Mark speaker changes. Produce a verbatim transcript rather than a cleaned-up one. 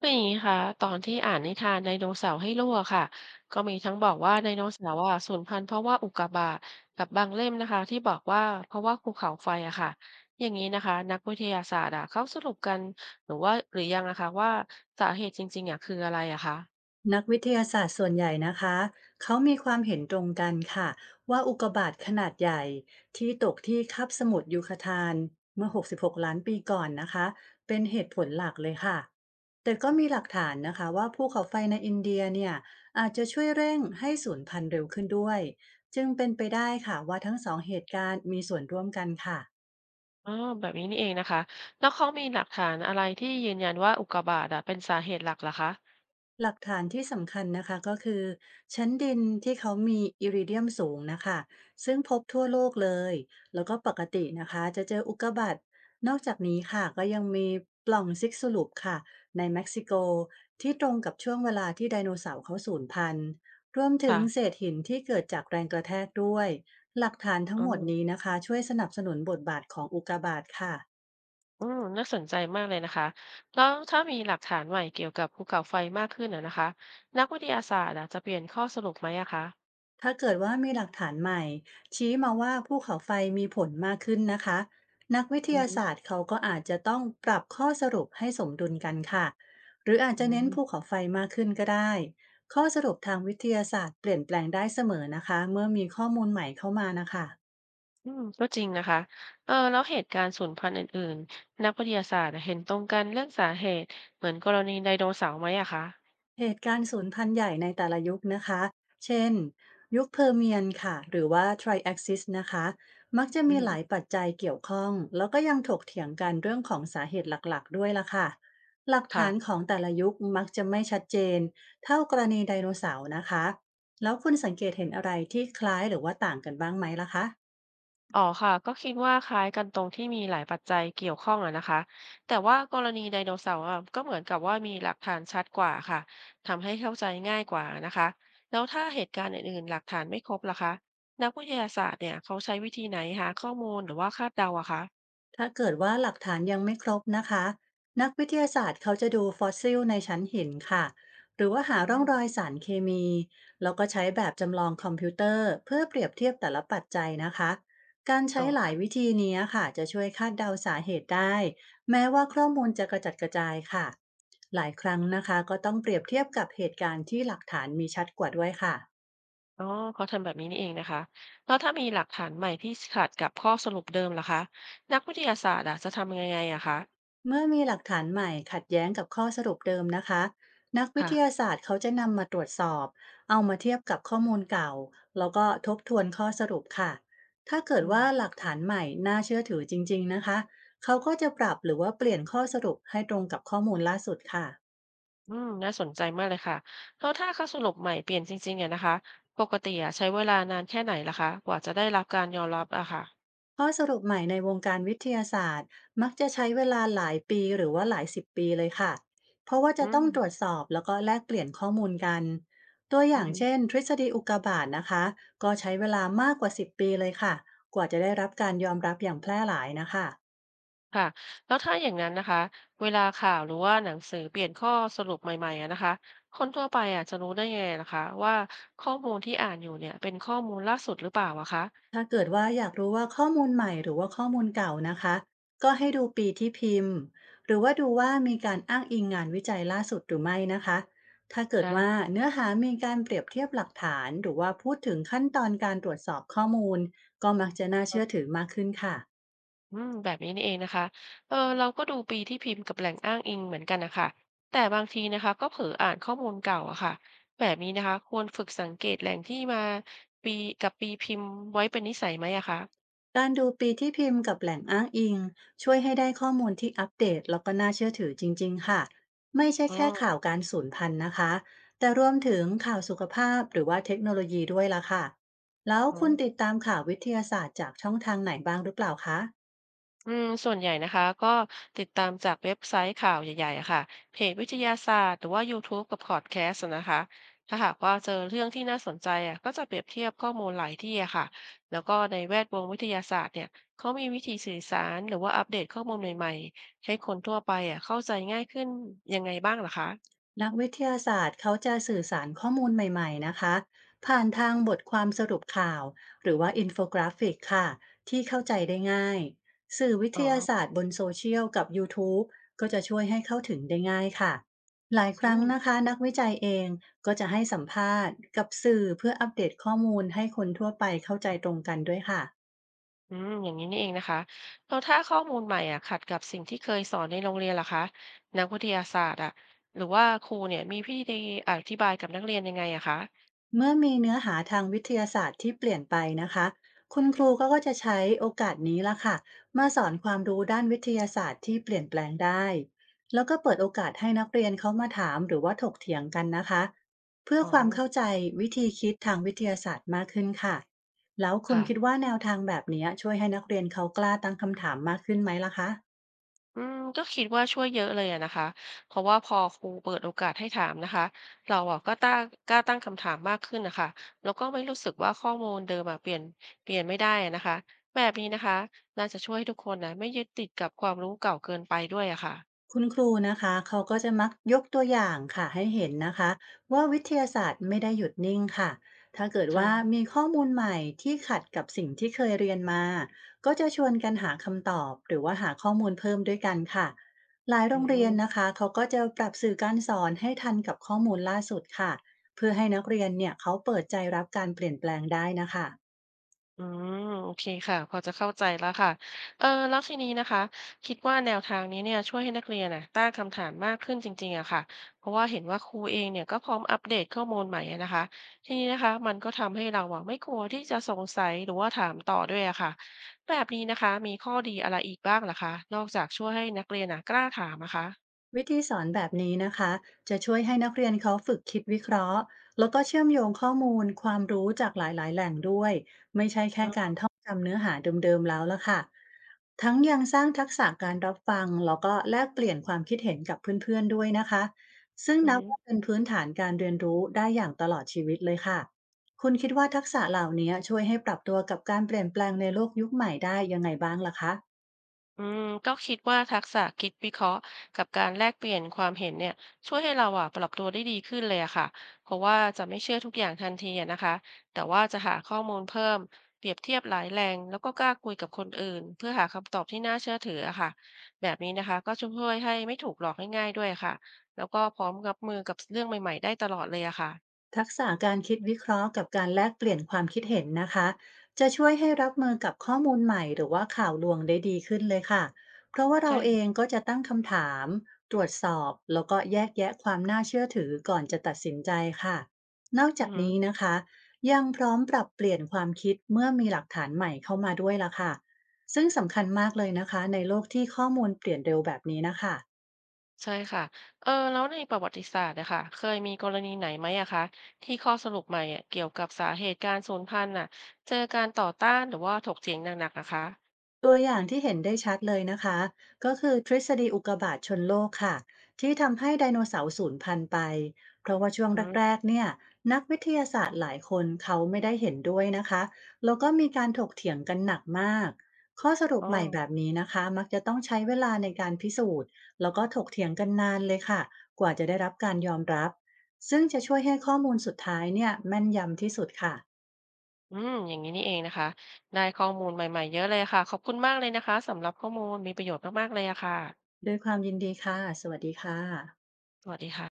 Speaker 1: คืออย่างงี้คะตอนที่อ่านนิทานไดโนเสาร์ให้ลูกอะค่ะก็มีทั้งบอกว่าไดโนเสาร์อะสูญพันธุ์เพราะว่าอุกกาบาตกับบางเล่มนะคะที่บอกว่าเพราะว่าภูเขาไฟอะค่ะอย่างนี้นะคะนักวิทยาศาสตร์อะเขาสรุปกันหรือว่าหรือยังอะคะว่าสาเหตุจริงๆอะคืออะไรอะคะ
Speaker 2: นักวิทยาศาสตร์ส่วนใหญ่นะคะ เขามีความเห็นตรงกันค่ะว่าอุกกาบาตขนาดใหญ่ที่ตกที่คาบสมุทรยูคาทานเมื่อหกสิบหกล้านปีก่อนนะคะเป็นเหตุผลหลักเลยค่ะแต่ก็มีหลักฐานนะคะว่าภูเขาไฟในอินเดียเนี่ยอาจจะช่วยเร่งให้สูญพันธุ์เร็วขึ้นด้วยจึงเป็นไปได้ค่ะว่าทั้งสองเหตุการณ์มีส่วนร่วมกันค่ะ
Speaker 1: อ๋อแบบนี้นี่เองนะคะแล้วเขามีหลักฐานอะไรที่ยืนยันว่าอุกกาบาตอะเป็นสาเหตุหลักเหรอคะ
Speaker 2: หลักฐานที่สำคัญนะคะก็คือชั้นดินที่เขามีอิริเดียมสูงนะคะซึ่งพบทั่วโลกเลยแล้วก็ปกตินะคะจะเจออุกกาบาตนอกจากนี้ค่ะก็ยังมีปล่องซิกสลุปค่ะในเม็กซิโกที่ตรงกับช่วงเวลาที่ไดโนเสาร์เขาสูญพันธุ์รวมถึงเศ
Speaker 1: ค่ะ
Speaker 2: ษหินที่เกิดจากแรงกระแทกด้วยหลักฐานทั้
Speaker 1: อ๋
Speaker 2: ง
Speaker 1: อ
Speaker 2: หมดนี้นะคะช่วยสนับสนุนบทบาทของอุกกาบาตค่ะ
Speaker 1: อืมน่าสนใจมากเลยนะคะ แล้วถ้ามีหลักฐานใหม่เกี่ยวกับภูเขาไฟมากขึ้นอะนะคะนักวิทยาศาสตร์อะจะเปลี่ยนข้อสรุปไหมอะคะ
Speaker 2: ถ้าเกิดว่ามีหลักฐานใหม่ชี้มาว่าภูเขาไฟมีผลมากขึ้นนะคะนักวิท
Speaker 1: อื
Speaker 2: ยา
Speaker 1: ม
Speaker 2: ศาสตร์เขาก็อาจจะต้องปรับข้อสรุปให้สมดุลกันค่ะหรืออาจ
Speaker 1: อื
Speaker 2: จะเน้นภูเขา
Speaker 1: ม
Speaker 2: ไฟมากขึ้นก็ได้ข้อสรุปทางวิทยาศาสตร์เปลี่ยนแปลงได้เสมอนะคะเมื่อมีข้อมูลใหม่เข้ามานะคะ
Speaker 1: อืมก็จริงนะคะเออแล้วเหตุการณ์สูญพันธุ์อื่นๆนักวิทยาศาสตร์เห็นตรงกันเรื่องสาเหตุเหมือนกรณีไดโนเสาร์ไหมอะคะ
Speaker 2: เหตุการณ์สูญพันธุ์ใหญ่ในแต่ละยุคนะคะ เช่น ยุคเพอร์เมียนค่ะ หรือว่าไทรแอกซิสนะคะ มักจะ
Speaker 1: อื
Speaker 2: มี
Speaker 1: ม
Speaker 2: หลายปัจจัยเกี่ยวข้อง แล้วก็ยังถกเถียงกันเรื่องของสาเหตุหลักๆด้วยล่ะค่ะ หลัก
Speaker 1: ค่ะ
Speaker 2: ฐานของแต่ละยุคมักจะไม่ชัดเจนเท่ากรณีไดโนเสาร์นะคะ แล้วคุณสังเกตเห็นอะไรที่คล้ายหรือว่าต่างกันบ้างไหมล่ะคะ
Speaker 1: อ๋อค่ะก็คิดว่าคล้ายกันตรงที่มีหลายปัจจัยเกี่ยวข้องอะนะคะแต่ว่ากรณีไดโนเสาร์อะก็เหมือนกับว่ามีหลักฐานชัดกว่าค่ะทำให้เข้าใจง่ายกว่านะคะแล้วถ้าเหตุการณ์อื่นๆหลักฐานไม่ครบล่ะคะนักวิทยาศาสตร์เนี่ยเขาใช้วิธีไหนหาข้อมูลหรือว่าคาดเดาอะคะ
Speaker 2: ถ้าเกิดว่าหลักฐานยังไม่ครบนะคะนักวิทยาศาสตร์เขาจะดูฟอสซิลในชั้นหินค่ะหรือว่าหา
Speaker 1: อื
Speaker 2: ร่องร
Speaker 1: ม
Speaker 2: อยสารเคมีแล้วก็ใช้แบบจำลองคอมพิวเตอร์เพื่อเปรียบเทียบแต่ละปัจจัยนะคะการ
Speaker 1: อ๋
Speaker 2: ใช้
Speaker 1: อ
Speaker 2: หลายวิ
Speaker 1: ค่ะ
Speaker 2: ธีนี้ค่ะจะช่วยคาดเดาสาเหตุได้แม้ว่าข้อมูลจะกระจัดกระจายค่ะหลายครั้งนะคะก็ต้องเปรียบเทียบกับเหตุการณ์ที่หลักฐานมีชัดกว่าด้วยค่ะ
Speaker 1: อ๋อเขาทำแบบนี้นี่เองนะคะแล้วถ้ามีหลักฐานใหม่ที่ขัดกับข้อสรุปเดิมล่ะคะนักวิทยาศาสตร์อะจะทำยังไงอะคะ
Speaker 2: เมื่อมีหลักฐานใหม่ขัดแย้งกับข้อสรุปเดิมนะคะนักวิท
Speaker 1: ค่ะ
Speaker 2: ยาศาสตร์เขาจะนำมาตรวจสอบเอามาเทียบกับข้อมูลเก่าแล้วก็ทบทวนข้อสรุปค่ะถ้าเกิด
Speaker 1: อื
Speaker 2: ว่า
Speaker 1: ม
Speaker 2: หลักฐานใหม่น่าเชื่อถือจริงๆนะคะเขาก็จะปรับหรือว่าเปลี่ยนข้อสรุปให้ตรงกับข้อมูลล่าสุดค่ะ
Speaker 1: อืมน่าสนใจมากเลยค่ะแล้วถ้าค่าสรุปใหม่เปลี่ยนจริงๆเนี่ยนะคะปกติอะใช้เวลานานแค่ไหนล่ะคะกว่าจะได้รับการยอมรับอะค่ะ
Speaker 2: ข้อสรุปใหม่ในวงการวิทยาศาสตร์มักจะใช้เวลาหลายปีหรือว่าหลายสิบปีเลยค่ะเพราะว่า
Speaker 1: อื
Speaker 2: จะ
Speaker 1: ม
Speaker 2: ต้องตรวจสอบแล้วก็แลกเปลี่ยนข้อมูลกันตัวอ
Speaker 1: อื
Speaker 2: ย่า
Speaker 1: อ
Speaker 2: ง
Speaker 1: ฮึ
Speaker 2: เช่นทฤษฎีอุกกาบาตนะคะก็ใช้เวลามากกว่าสิบปีเลยค่ะกว่าจะได้รับการยอมรับอย่างแพร่หลายนะคะ
Speaker 1: ค่ะแล้วถ้าอย่างนั้นนะคะเวลาข่าวหรือว่าหนังสือเปลี่ยนข้อสรุปใหม่ๆอะนะคะคนทั่วไปอะจะรู้ได้ยังไงล่ะคะว่าข้อมูลที่อ่านอยู่เนี่ยเป็นข้อมูลล่าสุดหรือเปล่าอะคะ
Speaker 2: ถ้าเกิดว่าอยากรู้ว่าข้อมูลใหม่หรือว่าข้อมูลเก่านะคะก็ให้ดูปีที่พิมพ์หรือว่าดูว่ามีการอ้างอิงงานวิจัยล่าสุดหรือไม่นะคะถ้าเกิด
Speaker 1: ได้
Speaker 2: ว่า
Speaker 1: ค่ะ
Speaker 2: เนื้อหามีการเปรียบเทียบหลักฐานหรือว่าพูดถึงขั้นตอนการตรวจสอบข้อมูลก็มักจะน่าเชื่อถือมากขึ้นค่ะ
Speaker 1: อืมแบบนี้นี่เองนะคะเออเราก็ดูปีที่พิมพ์กับแหล่งอ้างอิงเหมือนกันนะคะ แต่บางทีนะคะก็เผลออ่านข้อมูลเก่าอะค่ะแบบนี้นะคะควรฝึกสังเกตแหล่งที่มาปีกับปีพิมพ์ไว้เป็นนิสัยไหมอะคะ
Speaker 2: การดูปีที่พิมพ์กับแหล่งอ้างอิงช่วยให้ได้ข้อมูลที่อัปเดตแล้วก็น่าเชื่อถือจริงๆค่ะไม่ใช่
Speaker 1: อ๋
Speaker 2: แค่
Speaker 1: อ
Speaker 2: ข่าวการสูญพันธุ์นะคะแต่รวมถึงข่าวสุขภาพหรือว่าเทคโนโลยีด้วยล่ะค่ะแล้ว
Speaker 1: อ๋อ
Speaker 2: คุณติดตามข่าววิทยาศาสตร์จากช่องทางไหนบ้างหรือเปล่าคะ
Speaker 1: อืมส่วนใหญ่นะคะก็ติดตามจากเว็บไซต์ข่าวใหญ่ๆอะค่ะเพจวิทยาศาสตร์หรือว่า ยูทูบ กับพอดแคสต์นะคะถ้าหากว่าเจอเรื่องที่น่าสนใจอ่ะก็จะเปรียบเทียบข้อมูลหลายที่อะค่ะแล้วก็ในแวดวงวิทยาศาสตร์เนี่ยเขามีวิธีสื่อสารหรือว่าอัปเดตข้อมูลใหม่ๆให้คนทั่วไปอ่ะเข้าใจง่ายขึ้นยังไงบ้างเหรอคะ
Speaker 2: นักวิทยาศาสตร์เขาจะสื่อสารข้อมูลใหม่ๆนะคะผ่านทางบทความสรุปข่าวหรือว่าอินโฟกราฟิกค่ะที่เข้าใจได้ง่ายสื่อวิ
Speaker 1: อ๋อ
Speaker 2: ทยาศาสตร์บนโซเชียลกับ ยูทูบ ก็จะช่วยให้เข้าถึงได้ง่ายค่ะหลายค
Speaker 1: อื
Speaker 2: รั้ง
Speaker 1: ม
Speaker 2: นะคะนักวิจัยเองก็จะให้สัมภาษณ์กับสื่อเพื่ออัปเดตข้อมูลให้คนทั่วไปเข้าใจตรงกันด้วยค่ะ
Speaker 1: อืมอย่างนี้นี่เองนะคะแล้วถ้าข้อมูลใหม่อ่ะขัดกับสิ่งที่เคยสอนในโรงเรียนล่ะคะนักวิทยาศาสตร์อ่ะหรือว่าครูเนี่ยมีพิธีอธิบายกับนักเรียนยังไงอะคะ
Speaker 2: เมื่อมีเนื้อหาทางวิทยาศาสตร์ที่เปลี่ยนไปนะคะ คุณครูก็ก็จะใช้โอกาสนี้ละค่ะมาสอนความรู้ด้านวิทยาศาสตร์ที่เปลี่ยนแปลงได้ แล้วก็เปิดโอกาสให้นักเรียนเขามาถามหรือว่าถกเถียงกันนะคะ เพื่อ
Speaker 1: อ๋อ
Speaker 2: ความเข้าใจวิธีคิดทางวิทยาศาสตร์มากขึ้นค่ะแล้วคุณ
Speaker 1: ค่ะ
Speaker 2: คิดว่าแนวทางแบบเนี้ยช่วยให้นักเรียนเขากล้าตั้งคำถามมากขึ้นไหมล่ะคะ
Speaker 1: อืมก็คิดว่าช่วยเยอะเลยอะนะคะเพราะว่าพอครูเปิดโอกาสให้ถามนะคะเราอ่ะก็ตั้งกล้าตั้งคำถามมากขึ้นนะคะแล้วก็ไม่รู้สึกว่าข้อมูลเดิมอะเปลี่ยนเปลี่ยนไม่ได้อะนะคะแบบนี้นะคะน่าจะช่วยให้ทุกคนนะไม่ยึดติดกับความรู้เก่าเกินไปด้วยอะค่ะ
Speaker 2: คุณครูนะคะเขาก็จะมักยกตัวอย่างค่ะให้เห็นนะคะว่าวิทยาศาสตร์ไม่ได้หยุดนิ่งค่ะถ้าเกิด
Speaker 1: ใช่
Speaker 2: ว่ามีข้อมูลใหม่ที่ขัดกับสิ่งที่เคยเรียนมาก็จะชวนกันหาคำตอบหรือว่าหาข้อมูลเพิ่มด้วยกันค่ะหลาย
Speaker 1: อื
Speaker 2: โรงเรีย
Speaker 1: ม
Speaker 2: นนะคะเขาก็จะปรับสื่อการสอนให้ทันกับข้อมูลล่าสุดค่ะเพื่อให้นักเรียนเนี่ยเขาเปิดใจรับการเปลี่ยนแปลงได้นะคะ
Speaker 1: อืมโอเคค่ะพอจะเข้าใจแล้วค่ะเออแล้วทีนี้นะคะคิดว่าแนวทางนี้เนี่ยช่วยให้นักเรียนน่ะตั้งคำถามมากขึ้นจริงๆอะค่ะเพราะว่าเห็นว่าครูเองเนี่ยก็พร้อมอัปเดตข้อมูลใหม่อะนะคะทีนี้นะคะมันก็ทำให้เราอะไม่กลัวที่จะสงสัยหรือว่าถามต่อด้วยอะค่ะแบบนี้นะคะมีข้อดีอะไรอีกบ้างล่ะคะนอกจากช่วยให้นักเรียนน่ะกล้าถามนะคะ
Speaker 2: วิธีสอนแบบนี้นะคะจะช่วยให้นักเรียนเขาฝึกคิดวิเคราะห์แล้วก็เชื่อมโยงข้อมูลความรู้จากหลายๆแหล่งด้วยไม่ใช่แค่การท่องจำเนื้อหาเดิมๆแล้วละค่ะทั้งยังสร้างทักษะการรับฟังแล้วก็แลกเปลี่ยนความคิดเห็นกับเพื่อนๆด้วยนะคะซึ่ง
Speaker 1: อือ
Speaker 2: นับ
Speaker 1: ฮึ
Speaker 2: ว่าเป็นพื้นฐานการเรียนรู้ได้อย่างตลอดชีวิตเลยค่ะคุณคิดว่าทักษะเหล่านี้ช่วยให้ปรับตัวกับการเปลี่ยนแปลงในโลกยุคใหม่ได้ยังไงบ้างล่ะคะ
Speaker 1: อืมก็คิดว่าทักษะคิดวิเคราะห์กับการแลกเปลี่ยนความเห็นเนี่ยช่วยให้เราอ่ะปรับตัวได้ดีขึ้นเลยอะค่ะเพราะว่าจะไม่เชื่อทุกอย่างทันทีอะนะคะแต่ว่าจะหาข้อมูลเพิ่มเปรียบเทียบหลายแหล่งแล้วก็กล้าคุยกับคนอื่นเพื่อหาคำตอบที่น่าเชื่อถืออะค่ะแบบนี้นะคะก็จะช่วยให้ไม่ถูกหลอกง่ายๆด้วยค่ะแล้วก็พร้อมรับมือกับเรื่องใหม่ๆได้ตลอดเลยอะค่ะ
Speaker 2: ทักษะการคิดวิเคราะห์กับการแลกเปลี่ยนความคิดเห็นนะคะจะช่วยให้รับมือกับข้อมูลใหม่หรือว่าข่าวลวงได้ดีขึ้นเลยค่ะเพราะว่าเรา
Speaker 1: ใช่
Speaker 2: เอ
Speaker 1: ค่ะ
Speaker 2: งก็จะตั้งคำถามตรวจสอบแล้วก็แยกแยะความน่าเชื่อถือก่อนจะตัดสินใจค่ะนอก
Speaker 1: อือ
Speaker 2: จากนี้นะคะยังพร้อมปรับเปลี่ยนความคิดเมื่อมีหลักฐานใหม่เข้ามาด้วยละค่ะซึ่งสำคัญมากเลยนะคะในโลกที่ข้อมูลเปลี่ยนเร็วแบบนี้นะคะ
Speaker 1: ใช่ค่ะเออแล้วในประวัติศาสตร์อะค่ะ เคยมีกรณีไหนไหมอะคะที่ข้อสรุปใหม่อะเกี่ยวกับสาเหตุการสูญพันธุ์น่ะเจอการต่อต้านหรือว่าถกเถียงหนักๆนะคะ
Speaker 2: ตัวอย่างที่เห็นได้ชัดเลยนะคะก็คือทฤษฎีอุกกาบาตชนโลกค่ะที่ทำให้ไดโนเสาร์สูญพันธุ์ไปเพราะว่าช่วง
Speaker 1: อื
Speaker 2: แรก
Speaker 1: ม
Speaker 2: ๆเนี่ยนักวิทยาศาสตร์หลายคนเขาไม่ได้เห็นด้วยนะคะแล้วก็มีการถกเถียงกันหนักมากข้อสรุ
Speaker 1: อ๋
Speaker 2: ป
Speaker 1: อ
Speaker 2: ใหม่แบบนี้นะคะมักจะต้องใช้เวลาในการพิสูจน์แล้วก็ถกเถียงกันนานเลยค่ะกว่าจะได้รับการยอมรับซึ่งจะช่วยให้ข้อมูลสุดท้ายเนี่ยแม่นยำที่สุดค่ะ
Speaker 1: อืมอย่างนี้นี่เองนะคะได้ข้อมูลใหม่ๆเยอะเลยค่ะขอบคุณมากเลยนะคะสำหรับข้อมูลมีประโยชน์มากๆเลยอะค่ะ
Speaker 2: ด้วยความยินดีค่ะสวัสดีค่ะ
Speaker 1: สวัสดีค่ะ